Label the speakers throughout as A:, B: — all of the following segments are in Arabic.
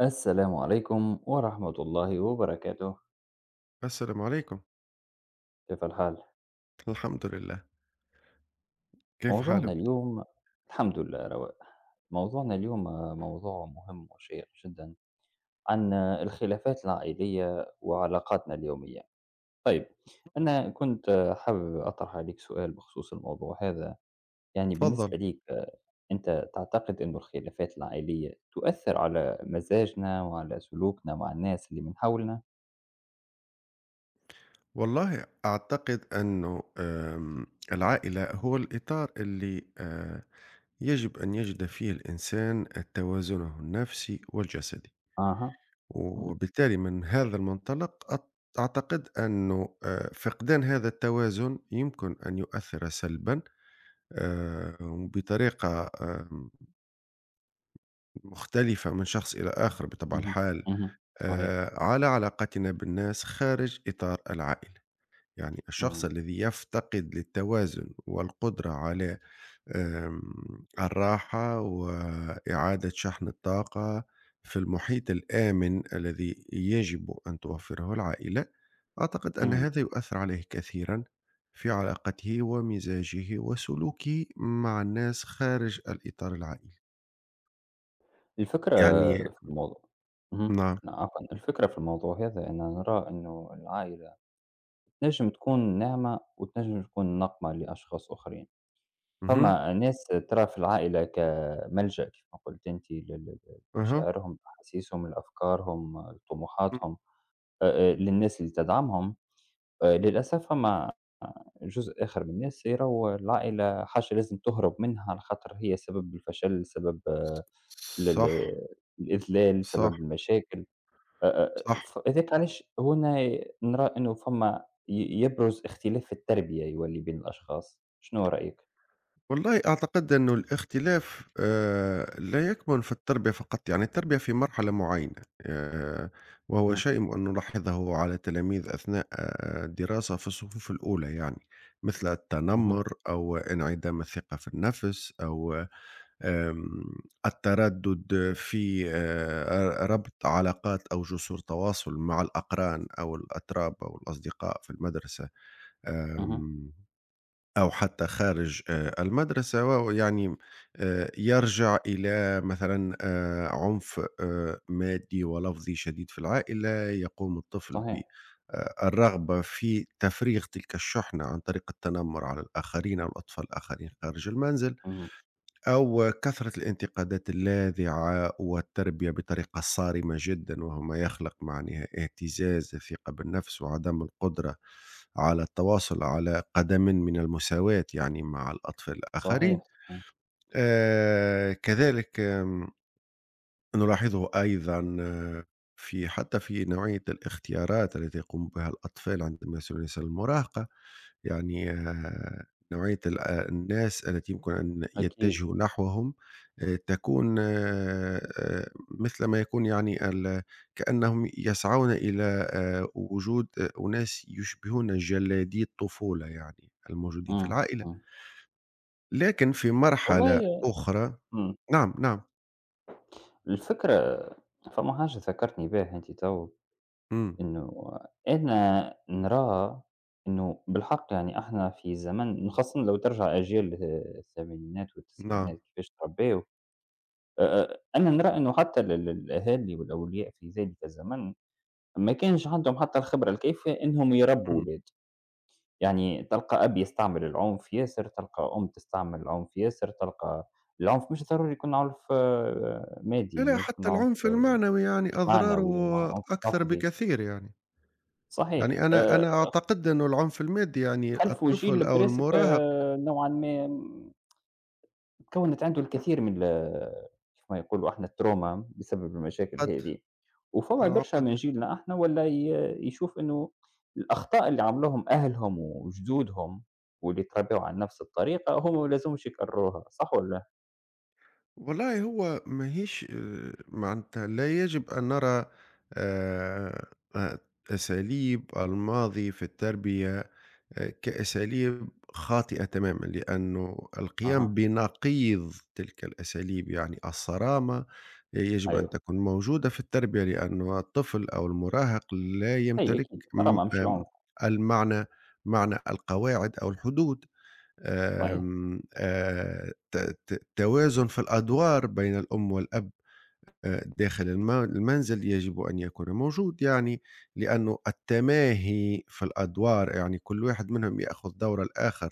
A: السلام عليكم ورحمة الله وبركاته.
B: السلام عليكم.
A: كيف الحال؟
B: الحمد لله، كيف
A: موضوعنا
B: حالك؟
A: اليوم الحمد لله رواء. موضوعنا اليوم موضوع مهم وشيق جدا عن الخلافات العائلية وعلاقاتنا اليومية. طيب، أنا كنت حابب أطرح عليك سؤال بخصوص الموضوع هذا. يعني
B: تفضّل.
A: بالنسبة ليك، أنت تعتقد أن الخلافات العائلية تؤثر على مزاجنا وعلى سلوكنا مع الناس اللي من حولنا؟
B: والله أعتقد أنه العائلة هو الإطار اللي يجب أن يجد فيه الإنسان توازنه النفسي والجسدي،
A: أها. مم.
B: وبالتالي من هذا المنطلق أعتقد أنه فقدان هذا التوازن يمكن أن يؤثر سلبًا وبطريقة مختلفة من شخص إلى آخر بطبع
A: مهم.
B: الحال.
A: مهم. صحيح.
B: على علاقتنا بالناس خارج إطار العائلة، يعني الشخص
A: مم.
B: الذي يفتقد للتوازن والقدرة على آم، الراحة وإعادة شحن الطاقة في المحيط الآمن الذي يجب أن توفره العائلة، أعتقد أن
A: مم.
B: هذا يؤثر عليه كثيرا في علاقته ومزاجه وسلوكه مع الناس خارج الإطار العائلي،
A: الفكرة
B: يعني.
A: في الموضوع. اهم،
B: نعم.
A: عفوًا، الفكرة في الموضوع هذا أنا نرى إنه العائلة تنجم تكون نعمة وتنجم تكون نقمة لأشخاص آخرين.
B: مهم.
A: فما ناس ترى في العائلة كملجأ كيف ما قُلت أنتِ ل ل
B: أها.
A: لمشاعرهم، أحاسيسهم، لأفكارهم،
B: مم.
A: لطموحاتهم، آآ، للناس اللي تدعمهم. للأسف فما جزء آخر من الناس يروا العائلة حاجة لازم تُهرب منها على خاطر هي سبب الفشل، سبب ل
B: صح.
A: ل الإذلال،
B: صح،
A: سبب المشاكل. أ أ
B: صح.
A: فلذلك علاش هنا نرى إنه فما يبرز اختلاف في التربية يولي بين الأشخاص. شنو رأيك؟
B: والله أعتقد إنه الاختلاف لا يكمن في التربية فقط، يعني التربية في مرحلة معينة وهو
A: اهم.
B: شيء نلاحظه على التلاميذ أثناء الدراسة في الصفوف الأولى، يعني مثل
A: اهم.
B: التنمر أو انعدام الثقة في النفس أو آمم التردد في ربط علاقات أو جسور تواصل مع الأقران أو الأتراب أو الأصدقاء في المدرسة.
A: اهم.
B: آمم أو حتى خارج المدرسة، ويعني يرجع إلى مثلًا عنف مادي ولفظي شديد في العائلة، يقوم الطفل ب
A: صحيح.
B: الرغبة في تفريغ تلك الشحنة عن طريق التنمر على الآخرين أو الأطفال الآخرين خارج المنزل.
A: اهم.
B: أو كثرة الانتقادات اللاذعة والتربية بطريقة صارمة جدا، وهو ما يخلق معناها اهتزاز الثقة بالنفس وعدم القدرة على التواصل على قدم من المساواة، يعني مع الأطفال الآخرين.
A: صحيح. صحيح.
B: كذلك نلاحظه أيضا في حتى في نوعية الاختيارات التي يقوم بها الأطفال عندما يصلون سن المراهقة، يعني نوعية ال آه، الناس التي يمكن أن
A: أكيد.
B: يتجهوا نحوهم تكون مثل ما يكون، يعني كأنهم يسعون إلى وجود أناس يشبهون جلادي الطفولة، يعني الموجودين في
A: إمم.
B: العائلة،
A: إمم.
B: لكن في مرحلة
A: والله.
B: أخرى.
A: إمم.
B: نعم، نعم.
A: الفكرة. فما حاجة ذكّرتني بها أنت توا،
B: إمم.
A: إنه أنا نرى إنه بالحق يعني إحنا في زمن، خاصةً لو ترجع أجيال الثمانينات والتسعينات
B: نعم.
A: كيفاش تربّيو. آآ، أنا نرى إنه حتى ال ال الأهالي والأولياء في ذلك الزمن ما كانش عندهم حتى الخبرة الكافية إنهم يربّوا
B: إمم.
A: ولاده. يعني تلقى أب يستعمل العنف ياسر، تلقى أم تستعمل العنف ياسر، تلقى العنف مش ضروري يكون عنف مادي.
B: لا،
A: يعني
B: لا،
A: ينجم يكون
B: حتى
A: عنف
B: العنف المعنوي يعني أضراره
A: معنوي، م عنف
B: أكثر
A: لفظي،
B: بكثير يعني.
A: صحيح.
B: يعني أنا أنا أعتقد إنه العنف المادي، يعني
A: خلفوا
B: الطفل
A: جيل
B: أو
A: بريسك
B: المراهق.
A: نوعًا ما كوّنت عنده الكثير من ال، كيف ما يقولوا إحنا الTrauma بسبب المشاكل
B: قد.
A: هذه. وفما برشا
B: العقد.
A: من جيلنا إحنا والّا يشوف إنه الأخطاء اللي عملوهم أهلهم وجدودهم، واللي تربّيو على نفس الطريقة هُم ما لازمهمش يكرروها. صح والّا لأ؟
B: والله، هو ماهيش معناتها لا يجب أن نرى آآ، أ أساليب الماضي في التربية كأساليب خاطئة تمامًا، لأنه
A: أها.
B: القيام بنقيض تلك الأساليب، يعني الصرامة يجب أن
A: أيوه.
B: تكون موجودة في التربية، لأنه الطفل أو المراهق لا
A: أي
B: يمتلك
A: أكيد،
B: م-
A: التراما مش
B: أم
A: العنف.
B: المعنى معنى القواعد أو الحدود،
A: صحيح.
B: أم، آه، ت- ت- توازن في الأدوار بين الأم والأب، داخل المنزل يجب أن يكون موجود، يعني لأنه التماهي في الأدوار، يعني كل واحد منهم يأخذ دور الآخر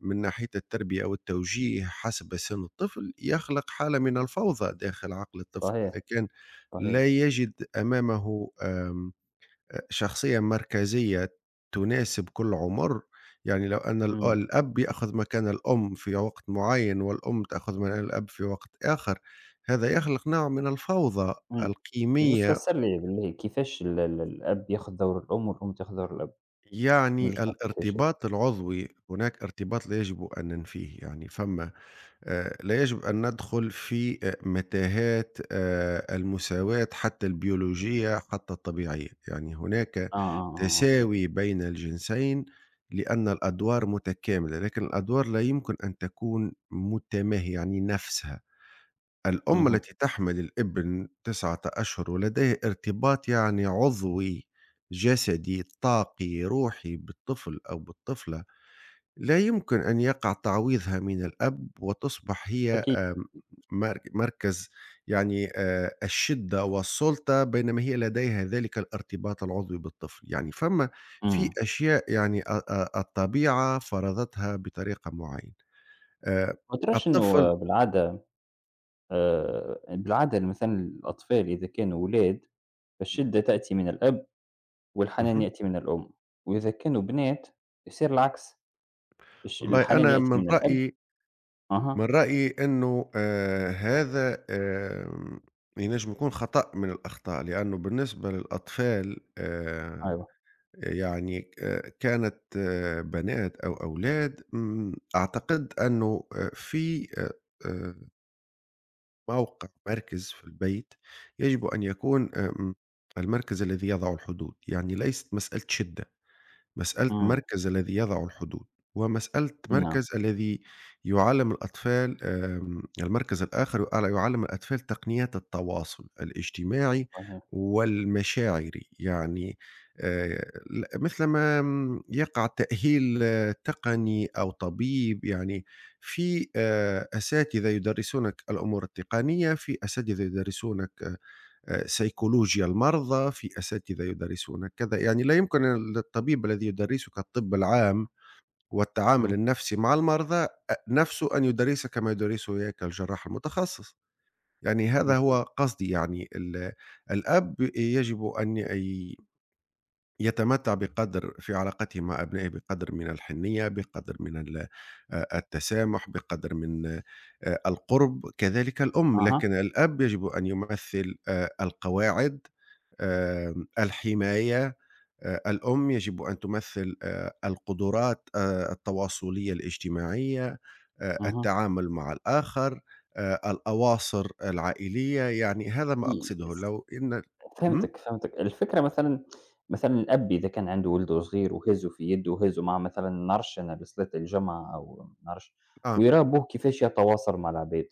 B: من ناحية التربية والتوجيه حسب سن الطفل، يخلق حالة من الفوضى داخل عقل الطفل
A: صحيح.
B: إذا كان
A: صحيح.
B: لا يجد أمامه آم شخصية مركزية تناسب كل عُمر، يعني لو أن
A: إمم.
B: الأب يأخذ مكان الأم في وقت معيّن والأم تأخذ مكان الأب في وقت آخر، هذا يخلق نوع من الفوضى
A: إمم. يجوز
B: القيمية،
A: تفسّر لي بالله كيفاش ال ال الأب ياخذ دور الأم والأم تاخذ دور الأب؟ ما جوز،
B: يعني
A: ما فهمتهاش هذي.
B: الارتباط العُضوي، هناك ارتباط لا يجب أن ننفيه، يعني فَمّا لا يجب أن ندخل في متاهات المساواة حتى البيولوجية حتى الطبيعية، يعني هناك
A: آه، أوكي.
B: تساوي بين الجنسين، لأن الأدوار متكاملة لكن الأدوار لا يمكن أن تكون متماهية، يعني نفسها. الأم
A: اهم.
B: التي تحمل الابن تسعة أشهر ولديه ارتباط يعني عضوي جسدي طاقي روحي بالطفل أو بالطفلة، لا يمكن أن يقع تعويضها من الأب وتصبح هي
A: أكيد.
B: آمم، مر مركز، يعني الشدة والسُلطة، بينما هي لديها ذلك الارتباط العضوي بالطفل، يعني فما في
A: إمم.
B: أشياء، يعني أ أ الطبيعة فرضتها بطريقة معينة، آآ،
A: ما تراش
B: الطفل.
A: إنه بالعادة، بالعادة مثلًا الأطفال إذا كانوا ولاد فالشدة تأتي من الأب والحنان
B: اهم.
A: يأتي من الأم، وإذا كانوا بنات يصير العكس،
B: والله
A: الحنان
B: أنا
A: يأتي
B: من
A: من الأب.
B: رأيي من
A: أها.
B: رأيي إنه هذا ينجم يكون خطأ من الأخطاء، لأنه بالنسبة للأطفال
A: أيوه.
B: يعني كانت بنات أو أولاد، إمم، أعتقد أنه في آآ موقع مركز في البيت يجب أن يكون المركز الذي يضع الحدود، يعني ليست مسألة شِدّة. مسألة
A: إمم.
B: مركز الذي يضع الحدود، ومسألة
A: نعم.
B: مركز الذي يعلّم الأطفال المركز الآخر يعلّم الأطفال تقنيات التواصل الاجتماعي
A: صحيح.
B: والمشاعري، يعني ل مثلما يقع تأهيل تقني أو طبيب، يعني في أساتذة يدرسونك الأمور التقنية، في أساتذة يدرسونك سيكولوجيا المرضى، في أساتذة يدرسون كذا، يعني لا يمكن للطبيب الذي يدرسك الطب العام والتعامل
A: إمم.
B: النفسي مع المرضى نفسه أن يدرسك كما يدرسه إياك الجراح المتخصص، يعني
A: إمم.
B: هذا هو قصدي، يعني الأب يجب أن يتمتع بقدر في علاقته مع أبنائه بقدر من الحنية بقدر من التسامح بقدر من القرب، كذلك الأم،
A: أها.
B: لكن الأب يجب أن يمثل القواعد، الحماية، الأم يجب أن تمثل القدرات التواصلية الاجتماعية،
A: اهم.
B: التعامل مع الآخر، الأواصر العائلية، يعني هذا ما
A: إي
B: أقصده
A: س
B: لو إن م?
A: فهمتِك، فهمتِك. الفكرة مثلًا، مثلًا الأب إذا كان عنده ولده صغير وهزه في يده وهزه مع مثلًا نعرفش أنا لصلاة الجمعة أو ما نعرفش،
B: آه
A: ويراه أبوه كيفاش يتواصل مع العباد.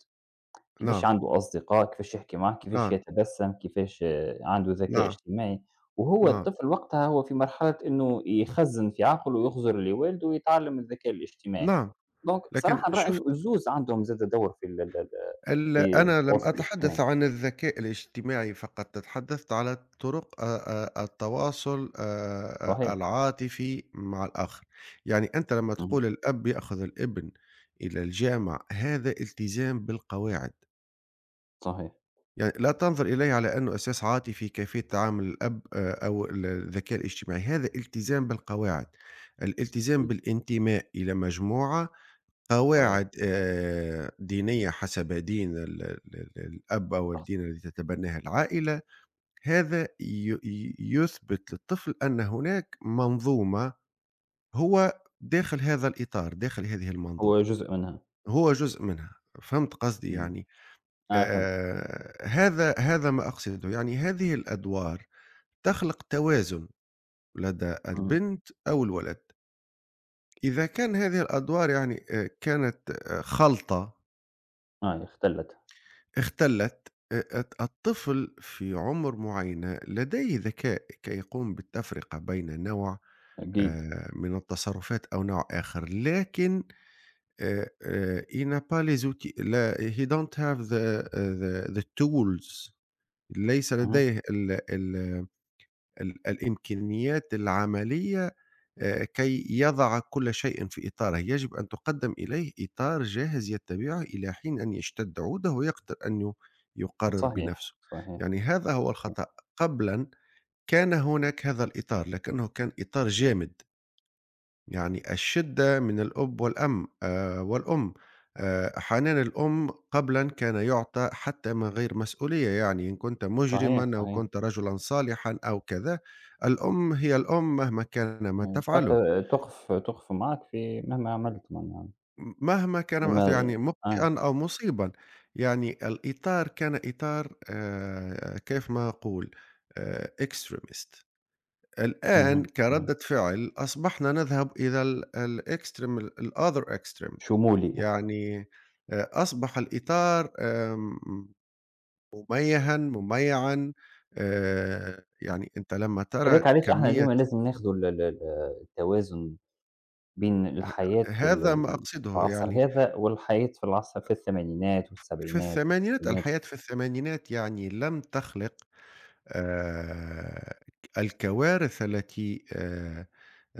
A: كيفاش
B: نعم.
A: عنده أصدقاء، كيفاش يحكي معاك، كيفاش
B: نعم.
A: يتبسم، كيفاش عنده ذكاء
B: نعم،
A: اجتماعي. وهو
B: نعم،
A: الطفل وقتها هو في مرحلة إنه يخزّن في عقله ويخزر اللي والده ويتعلم الذكاء الاجتماعي.
B: نعم،
A: دونك
B: لكن
A: صراحة نرى إنه
B: شُفت
A: الزوز عندهم زاد دور في ال ال ال في
B: أنا لم
A: التواصل الاجتماعي.
B: أتحدث عن الذكاء الاجتماعي فقط، تحدثت على طرق التواصل
A: صحيح.
B: العاطفي مع الآخر، يعني أنت لمّا
A: اهم.
B: تقول الأب يأخذ الابن إلى الجامع، هذا التزام بالقواعد،
A: صحيح.
B: يعني لا تنظر إليه على أنه أساس عاطفي كيفية تعامل الأب، أو ال الذكاء الاجتماعي، هذا التزام بالقواعد، الالتزام
A: أكيد.
B: بالانتماء إلى مجموعة
A: صحيح.
B: قواعد دينية حسب دين ال ال ال الأب أو
A: شخص.
B: الدين الذي تتبناه العائلة، هذا ي ي يثبت للطفل أن هناك منظومة هو داخل هذا الإطار، داخل هذه المنظومة،
A: هو جزء منها.
B: هو جزء منها، فهمت قصدي
A: إمم.
B: يعني؟
A: آه، فهمتك.
B: هذا ما أقصده، يعني هذه الأدوار تخلق توازن لدى
A: إمم.
B: البنت أو الولد، إذا كان هذه الأدوار، يعني كانت خلطة،
A: آه، اختلّت.
B: اختلت الطفل في عمر معينة لديه ذكاء كي يقوم بالتفرقة بين نوع
A: أكيد.
B: من التصرفات أو نوع آخر، لكن il n'a pas les outils، لا، he don't have the tools، ليس
A: اهم.
B: لديه ال الإمكانيات العملية كي يضع كل شيء في إطاره، يجب أن تُقدّم إليه إطار جاهز يتبعه إلى حين أن يشتد عوده ويقدر أن يقرر
A: صحيح.
B: بنفسه،
A: صحيح.
B: يعني هذا هو الخطأ. قبلًا كان هناك هذا الإطار لكنه كان إطار جامد. يعني الشدة من الأب والأم أحيانًا الأم قبلًا كان يُعطى حتى من غير مسؤولية، يعني إن كنت
A: صحيح.
B: مجرمًا أو
A: صحيح.
B: كنت رجلًا صالحًا أو كذا، الأم هي الأم مهما كان ما
A: إمم.
B: تفعله،
A: تُقف، تُقف معك في مهما عملت معناها.
B: مهما كان ما
A: لما
B: يعني
A: آه،
B: مخطئًا أو مصيبًا، يعني الإطار كان إطار كيف ما أقول extremist.
A: اهم.
B: الآن
A: اهم.
B: كردة فعل أصبحنا نذهب إلى الextreme، الother extremes،
A: شمولي.
B: يعني أصبح الإطار مُميّعًا، يعني أنت لمّا ترى
A: لذلك علاش إحنا
B: كمية.
A: ديما لازم ناخدوا ال ال ال التوازن بين الحياة ال
B: هذا ما
A: ال في
B: أقصده،
A: العصر
B: يعني
A: هذا، والحياة في العصر في الثمانينات
B: في
A: والسبعينات
B: الثمانينات
A: والتسعينات.
B: الحياة في الثمانينات يعني لم تخلق آآ الكوارث التي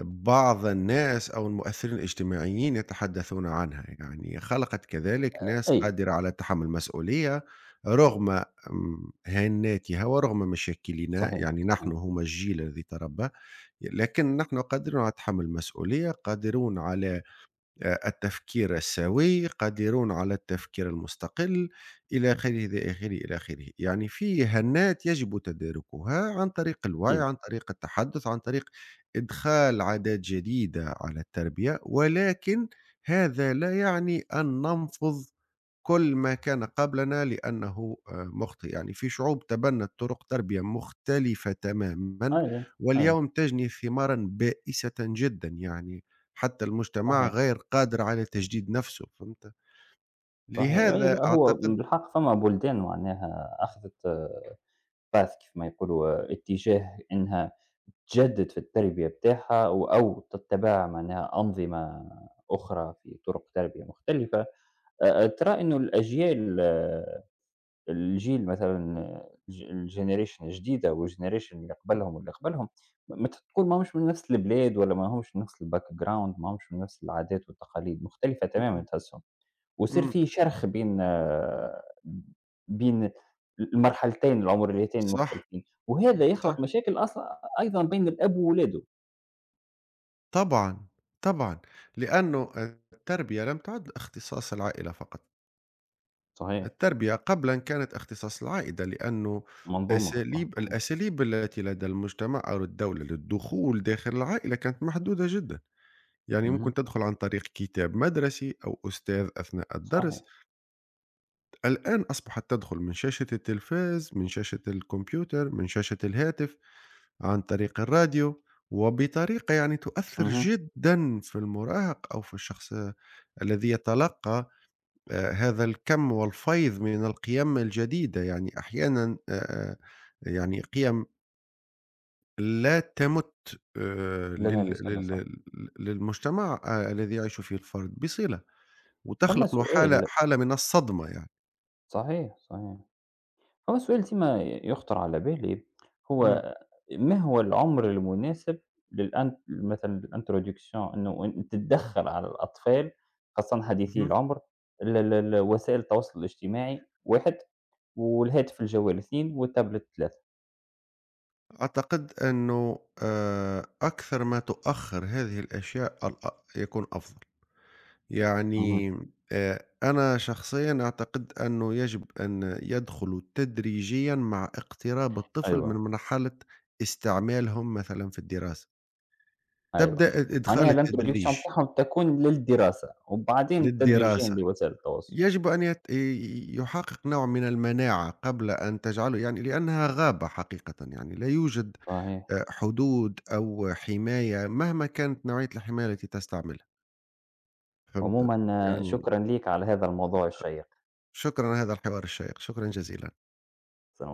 B: بعض الناس أو المؤثرين الاجتماعيين يتحدثون عنها، يعني خلقت كذلك ناس
A: أي.
B: قادرة على تحمل المسؤولية رغم هناتها ورغم مشاكلنا،
A: صحيح.
B: يعني نحن
A: صحيح.
B: هم الجيل الذي تربى، لكن نحن قادرون على تحمل المسؤولية، قادرون على التفكير السوي، قادرون على التفكير المستقل إلى آخره إلى آخره إلى آخره، يعني في هنات يجب تداركها عن طريق الوعي،
A: أكيد.
B: عن طريق التحدث، عن طريق إدخال عادات جديدة على التربية، ولكن هذا لا يعني أن ننفض كل ما كان قبلنا لأنه مُخطئ، يعني في شعوب تبنّت طرق تربية مختلفة تمامًا،
A: أي. أي.
B: واليوم تجني ثمارًا بائسة جدًا، يعني حتى المجتمع
A: صحيح.
B: غير قادر على تجديد نفسه، فهمت؟
A: صحيح. أي
B: لهذا
A: لأ، هو
B: أعتقد.
A: بالحق فما بلدان معناها أخذت path كيف ما يقولوا اتجاه إنها تجدد في التربية بتاعها و أو تتبع معناها أنظمة أخرى في طرق تربية مختلفة. ترى إنه الأجيال، الجيل مثلًا آه، الج الgeneration الجديدة والgeneration اللي قبلهم واللي قبلهم، م مت تقول ماهمش من نفس البلاد ولا ماهمش من نفس الbackground، ماهمش من نفس العادات والتقاليد، مختلفة تمامًا
B: إمم.
A: تحسهم. ويصير
B: إمم.
A: في شرخ بين بين المرحلتين العمريتين
B: صح.
A: المختلفين، وهذا
B: صح.
A: يخلق مشاكل أصلًا أيضًا بين الأب وولاده.
B: طبعًا. طبعًا. لأنه التربية لم تعد اختصاص العائلة فقط.
A: صحيح.
B: التربية قبلا كانت اختصاص العائدة، لأنه
A: منظومة أصلًا، صحيح.
B: الأساليب التي لدى المجتمع أو الدولة للدخول داخل العائلة كانت محدودة جدا، يعني
A: اهم.
B: ممكن تدخل عن طريق كتاب مدرسي أو أستاذ أثناء
A: صحيح.
B: الدرس. الآن أصبحت تدخل من شاشة التلفاز، من شاشة الكمبيوتر، من شاشة الهاتف، عن طريق الراديو، وبطريقة يعني تؤثر
A: اهم.
B: جدا في المراهق أو في الشخص الذي يتلقى هذا الكم والفيض من القيم الجديدة، يعني أحيانًا يعني قيم لا تَمُت
A: لا
B: لل
A: نبي سلة
B: لل
A: صح.
B: لل للمجتمع الذي يعيش فيه الفرد بصلة،
A: فما
B: وتخلق له حالة
A: سؤال،
B: حالة من الصدمة يعني.
A: صحيح، صحيح، فما سؤال ديما يخطر على بالي،
B: إمم.
A: هو ما هو العمر المناسب للأن مثلًا الintroduction إنه أن تتدخّل على الأطفال خاصةً حديثي
B: اهم.
A: العمر ال ال ال وسائل التواصل الاجتماعي 1، والهاتف الجوال 2، والتابلت 3.
B: أعتقد أنه أكثر ما تؤخّر هذه الأشياء يكون أفضل.
A: اهم.
B: يعني أنا شخصيًا أعتقد أنه يجب أن يدخلوا تدريجيًا مع اقتراب الطفل من
A: أيوه.
B: مرحلة استعمالهم مثلًا في الدراسة،
A: أيوه،
B: تبدأ الإدخال
A: معناها l'introduction
B: التدريجي
A: بتاعهم تكون للدراسة، وبعدين تدريجيًا
B: للدراسة،
A: لوسائل التواصل.
B: يجب أن يت ي يحقق نوع من المناعة قبل أن تجعله، يعني لأنها غابة حقيقةً، يعني لا يوجد
A: صحيح.
B: حدود أو حماية مهما كانت نوعية الحماية التي تستعملها، فهمت؟
A: عمومًا
B: يعني
A: شكرًا ليك على هذا الموضوع الشيق.
B: شكرًا على هذا الحوار الشيق، شكرًا جزيلًا.
A: سلام.